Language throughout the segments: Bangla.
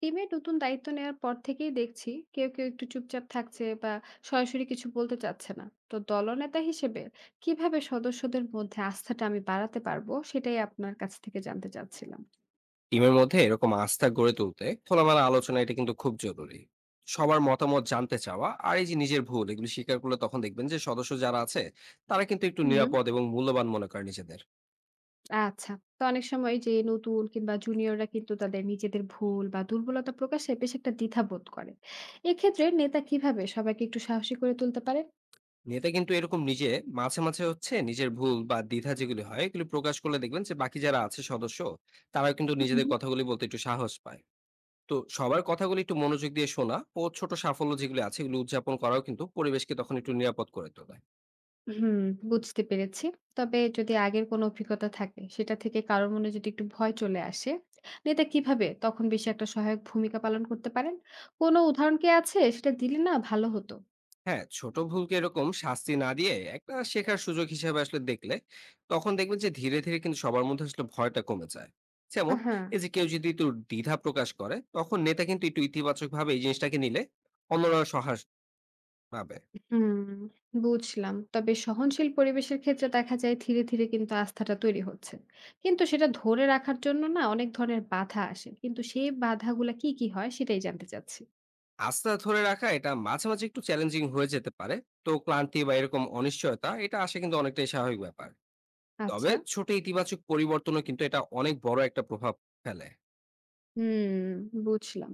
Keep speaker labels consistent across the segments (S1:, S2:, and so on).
S1: টিমে নতুন দায়িত্ব নেওয়ার পর থেকেই দেখছি কেউ কেউ একটু চুপচাপ থাকছে বা সরাসরি কিছু বলতে চাচ্ছে না। তো দলনেতা হিসেবে কিভাবে সদস্যদের মধ্যে আস্থাটা আমি বাড়াতে পারবো সেটাই আপনার কাছ থেকে জানতে চাচ্ছিলাম।
S2: টিমের মধ্যে এরকম আস্থা গড়ে তুলতে খোলামেলা আলোচনা এটা কিন্তু খুব জরুরি। সবার মতামত জানতে চাওয়া আর এই যে নিজের ভুল এগুলো স্বীকার করলে তখন দেখবেন যে সদস্য যারা আছে তারা কিন্তু একটু
S1: হুম,
S2: নিরাপদ এবং মূল্যবান মনে করে নিজেদের।
S1: আচ্ছা। তো অনেক সময় যে নতুন কিংবা জুনিয়ররা কিন্তু তাদের নিজেদের ভুল বা দুর্বলতা প্রকাশে বেশ একটা দ্বিধা বোধ করে। এক্ষেত্রে নেতা কিভাবে সবাইকে একটু সাহসী করে তুলতে পারে?
S2: নেতা কিন্তু এরকম নিজে মাঝে মাঝে হচ্ছে নিজের ভুল বা দ্বিধা যেগুলি হয় এগুলি প্রকাশ করলে দেখবেন যে বাকি যারা আছে সদস্য তারা কিন্তু নিজেদের কথাগুলি বলতে একটু সাহস পায়। তো সবার কথাগুলি একটু মনোযোগ দিয়ে শোনা ও ছোট সাফল্য যেগুলো আছে এগুলো উদযাপন করাও কিন্তু পরিবেশকে তখন একটু নিরাপদ করে তোলে।
S1: হুম, বুঝতে পেরেছি। তবে যদি আগের কোনো অভিজ্ঞতা থাকে, সেটা থেকে কারো মনে যদি একটু ভয় চলে আসে, নেতা কিভাবে তখন বেশি একটা সহায়ক ভূমিকা পালন করতে পারেন? কোনো উদাহরণ কি আছে? সেটা দিলে না ভালো হতো।
S2: হ্যাঁ, ছোট ভুলকে এরকম শাস্তি না দিয়ে একটা শেখার সুযোগ হিসেবে আসলে দেখলে, তখন দেখবেন যে ধীরে, ধীরে কিন্তু সবার মধ্যে আসলে ভয়টা কমে যায়। যেমন
S1: হ্যাঁ।
S2: এই যে কেউ যদি একটু দ্বিধা প্রকাশ করে, তখন নেতা কিন্তু একটু ইতিবাচকভাবে এই জিনিসটাকে নিলে অন্যরা সহাস পাবে।
S1: হুম, বুঝলাম। তবে সহনশীল পরিবেশের ক্ষেত্রে দেখা যায় ধীরে, ধীরে কিন্তু আস্থাটা তৈরি হচ্ছে। কিন্তু সেটা ধরে রাখার জন্য না অনেক ধরনের বাধা আসে। কিন্তু সেই বাধাগুলা কি, কি হয়? সেটাই জানতে চাচ্ছি।
S2: আস্থা ধরে রাখা এটা মাঝে, মাঝে একটু চ্যালেঞ্জিং হয়ে যেতে পারে। তো ক্লান্তি বা এরকম অনিশ্চয়তা এটা আসা কিন্তু অনেকটাই স্বাভাবিক ব্যাপার। তবে
S1: আচ্ছা।
S2: ছোট ইতিবাচক পরিবর্তনও কিন্তু এটা অনেক বড় একটা প্রভাব ফেলে।
S1: হুম, বুঝলাম।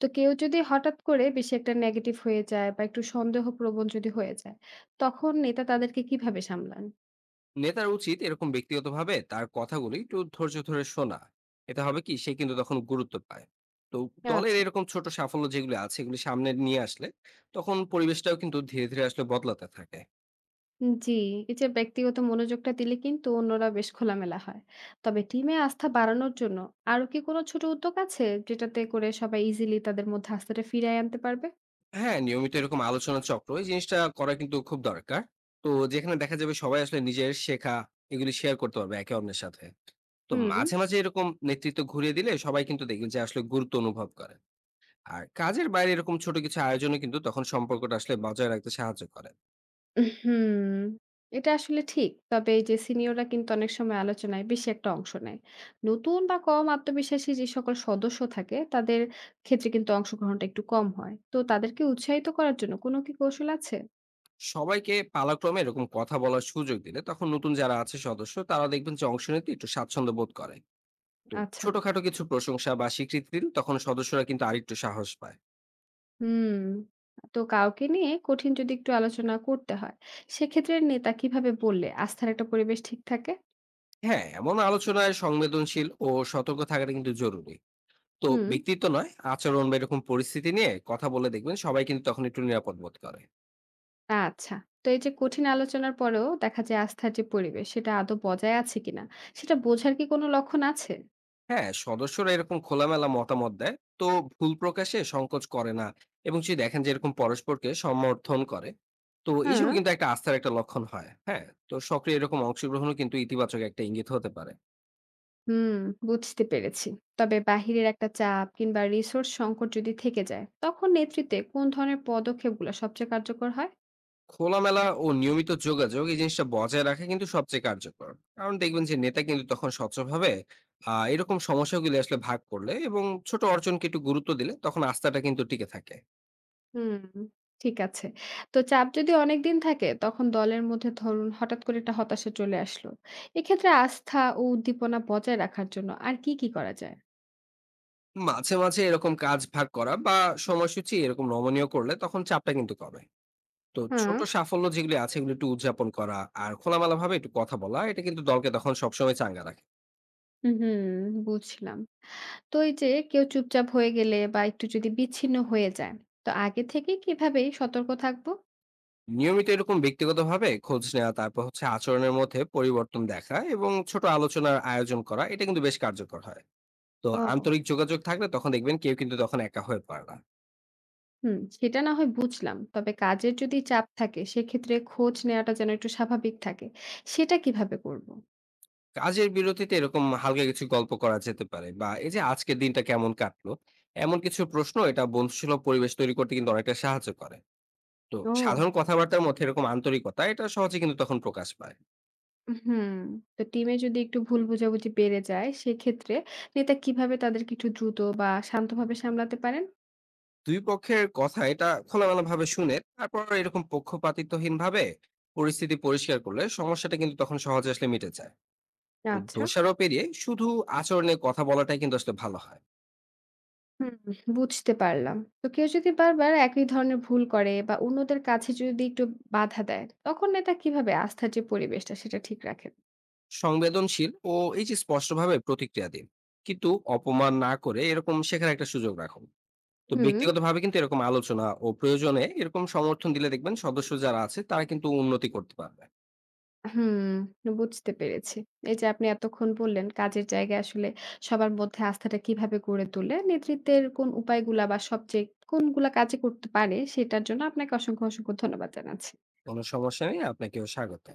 S1: তো কেউ যদি হঠাৎ করে বেশি একটা নেগেটিভ হয়ে যায় বা একটু সন্দেহপ্রবণ যদি হয়ে যায়, তখন নেতা তাদেরকে কিভাবে সামলান?
S2: নেতার উচিত এরকম ব্যক্তিগতভাবে তার কথাগুলি একটু ধৈর্য ধরে শোনা। এটা হবে কি সে কিন্তু তখন গুরুত্ব পায়। তো দলের
S1: আচ্ছা।
S2: এরকম ছোট সাফল্য যেগুলো আছে এগুলি সামনে নিয়ে আসলে তখন পরিবেশটাও কিন্তু ধীরে ধীরে আসলে বদলাতে থাকে।
S1: জি, এই যে ব্যক্তিগত মনোযোগটা দিলে কিন্তু অন্যরা বেশ খোলামেলা হয়। তবে টিমে আস্থা বাড়ানোর জন্য আরো কি কোনো ছোট উদ্যোগ আছে যেটাতে করে সবাই ইজিলি তাদের মধ্যে আস্থাটা ফিরিয়ে আনতে পারবে?
S2: হ্যাঁ, নিয়মিত এরকম আলোচনা চক্র এই জিনিসটা করা কিন্তু খুব দরকার। তো যেখানে দেখা যাবে সবাই আসলে নিজের শেখা এগুলি শেয়ার করতে পারবে একে অন্যের সাথে। তো
S1: হুম।
S2: মাঝে মাঝে এরকম নেতৃত্ব ঘুরিয়ে দিলে সবাই কিন্তু দেখবেন যে আসলে গুরুত্ব অনুভব করে। আর কাজের বাইরে এরকম ছোট কিছু আয়োজনও কিন্তু তখন সম্পর্কটা আসলে বজায় রাখতে সাহায্য করে।
S1: হুম, এটা আসলে ঠিক। তবে এই যে সিনিয়ররা কিন্তু অনেক সময় আলোচনায় বেশি একটা অংশ নেয়। নতুন বা কম আত্মবিশ্বাসী যে সকল সদস্য থাকে তাদের ক্ষেত্রে কিন্তু অংশগ্রহণটা একটু কম হয়। তো তাদেরকে উৎসাহিত করার জন্য কোনো কি কৌশল আছে?
S2: সবাইকে পালাক্রমে এরকম কথা বলার সুযোগ দিলে তখন নতুন যারা আছে সদস্য তারা দেখবেন যে অংশ নিতে একটু স্বাচ্ছন্দ্য বোধ করে। তো
S1: আচ্ছা,
S2: ছোটখাটো কিছু প্রশংসা বা স্বীকৃতি দিলে তখন সদস্যরা কিন্তু আরেকটু সাহস পায়।
S1: হুম। তো কাউকে নিয়ে কঠিন যদি একটু আলোচনা করতে হয়, সেক্ষেত্রে নেতা কিভাবে বললে আস্থার একটা পরিবেশ ঠিক থাকে?
S2: হ্যাঁ, এমন আলোচনায় সংবেদনশীল ও সতর্ক থাকাটা কিন্তু জরুরি। তো
S1: হুম,
S2: ব্যক্তিত্ব নয়, আচরণ বা এরকম পরিস্থিতি নিয়ে কথা বলে দেখবেন সবাই কিন্তু তখন একটু নিরাপদ বোধ করে।
S1: আচ্ছা। তো এই যে কঠিন আলোচনার পরেও দেখা যায় আস্থার যে পরিবেশ সেটা আদৌ বজায় আছে কিনা, সেটা বোঝার কি কোনো লক্ষণ আছে?
S2: হ্যাঁ, সদস্যরা এরকম খোলামেলা মতামত দেয়, তো ভুল প্রকাশে সংকোচ করে না, এবং যদি দেখেন যে এরকম পরস্পরকে সমর্থন করে, তো এইসব
S1: হ্যাঁ,
S2: কিন্তু একটা আস্থার একটা লক্ষণ হয়। হ্যাঁ, তো সক্রিয় এরকম অংশগ্রহণও কিন্তু ইতিবাচক একটা ইঙ্গিত হতে পারে।
S1: হুম, বুঝতে পেরেছি। তবে বাহিরের একটা চাপ কিংবা রিসোর্স সংকট যদি থেকে যায়, তখন নেতৃত্বে কোন ধরনের পদক্ষেপগুলো সবচেয়ে কার্যকর হয়?
S2: খোলামেলা ও নিয়মিত যোগাযোগ এই জিনিসটা বজায় রাখা কিন্তু সবচেয়ে কার্যকর। কারণ দেখবেন যে নেতা কিন্তু তখন স্বচ্ছভাবে এরকম সমস্যাগুলি আসলে ভাগ করলে এবং ছোট অর্জনকে একটু গুরুত্ব দিলে তখন আস্থাটা কিন্তু টিকে থাকে।
S1: হুম, ঠিক আছে। তো চাপ যদি অনেকদিন থাকে, তখন দলের মধ্যে ধরুন হঠাৎ করে একটা হতাশা চলে আসলো। এক্ষেত্রে আস্থা ও উদ্দীপনা বজায় রাখার জন্য আর কি, কি করা যায়?
S2: মাঝে, মাঝে এরকম কাজ ভাগ করা বা সময়সূচি এরকম নমনীয় করলে তখন চাপটা কিন্তু কমে। তো
S1: হ্যাঁ,
S2: ছোট সাফল্য যেগুলি আছে এগুলো একটু উদযাপন করা আর খোলামেলাভাবে একটু কথা বলা এটা কিন্তু দলকে তখন সবসময় চাঙ্গা রাখে।
S1: হুম, বুঝলাম। তো এই যে কেউ চুপচাপ হয়ে গেলে বা একটু যদি বিচ্ছিন্ন হয়ে যায়, তো আগে থেকে কিভাবে সতর্ক থাকবো?
S2: নিয়মিত এরকম ব্যক্তিগতভাবে খোঁজ নেওয়া, তারপর হচ্ছে আচরণের মধ্যে পরিবর্তন দেখা এবং ছোট আলোচনার আয়োজন করা এটা কিন্তু বেশ কার্যকর হয়। তো
S1: ও।
S2: আন্তরিক যোগাযোগ থাকলে তখন দেখবেন কেউ কিন্তু তখন একা হয়ে পড়ে না।
S1: হুম, সেটা না হয় বুঝলাম। তবে কাজের যদি চাপ থাকে সেক্ষেত্রে খোঁজ নেওয়াটা যেন একটু স্বাভাবিক থাকে। সেটা কিভাবে করব?
S2: কাজের বিরতিতে এরকম হালকা কিছু গল্প করা যেতে পারে, বা এই যে আজকের দিনটা কেমন কাটলো, এমন কিছু প্রশ্ন এটা বন্ধুসুলভ পরিবেশ তৈরি করতে কিন্তু অনেকটা সাহায্য করে। তো
S1: ও,
S2: সাধারণ কথাবার্তার মধ্যে এরকম আন্তরিকতা এটা সহজে কিন্তু তখন প্রকাশ পায়।
S1: হুম। তো টিমে যদি একটু ভুল বোঝাবুঝি বেড়ে যায় সেক্ষেত্রে নেতা কিভাবে তাদেরকে একটু দ্রুত বা শান্তভাবে সামলাতে পারেন?
S2: দুই পক্ষের কথা এটা খোলামেলা ভাবে শুনে তারপর এরকম পক্ষপাতিত্বহীন ভাবে পরিস্থিতি পরিষ্কার করলে সমস্যাটা কিন্তু তখন সহজে আসলে মিটে যায়। তো
S1: আচ্ছা।
S2: দোষারোপ এড়িয়ে শুধু আচরণে কথা বলাটাই কিন্তু আসলে ভালো হয়।
S1: হুম, বুঝতে পারলাম। তো কেউ যদি বারবার একই ধরনের ভুল করে বা অন্যদের কাছে যদি একটু বাধা দেয়, তখন নেতা কিভাবে আস্থার যে পরিবেশটা সেটা ঠিক রাখেন?
S2: সংবেদনশীল ও এই যে স্পষ্টভাবে প্রতিক্রিয়া দিন, কিন্তু অপমান না করে এরকম শেখার একটা সুযোগ রাখুন। তো
S1: হুম।
S2: ব্যক্তিগতভাবে কিন্তু এরকম আলোচনা ও প্রয়োজনে এরকম সমর্থন দিলে দেখবেন সদস্য যারা আছে তারা কিন্তু উন্নতি করতে পারবে।
S1: হুম, বুঝতে পেরেছি। এই যে আপনি এতক্ষণ বললেন কাজের জায়গায় আসলে সবার মধ্যে আস্থাটা কিভাবে গড়ে তোলে, নেতৃত্বের কোন উপায়গুলা বা সবচেয়ে কোনগুলা কাজে করতে পারে সেটার জন্য আপনাকে অসংখ্য, অসংখ্য ধন্যবাদ জানাচ্ছি।
S2: কোনো সমস্যা নেই, আপনাকেও স্বাগত।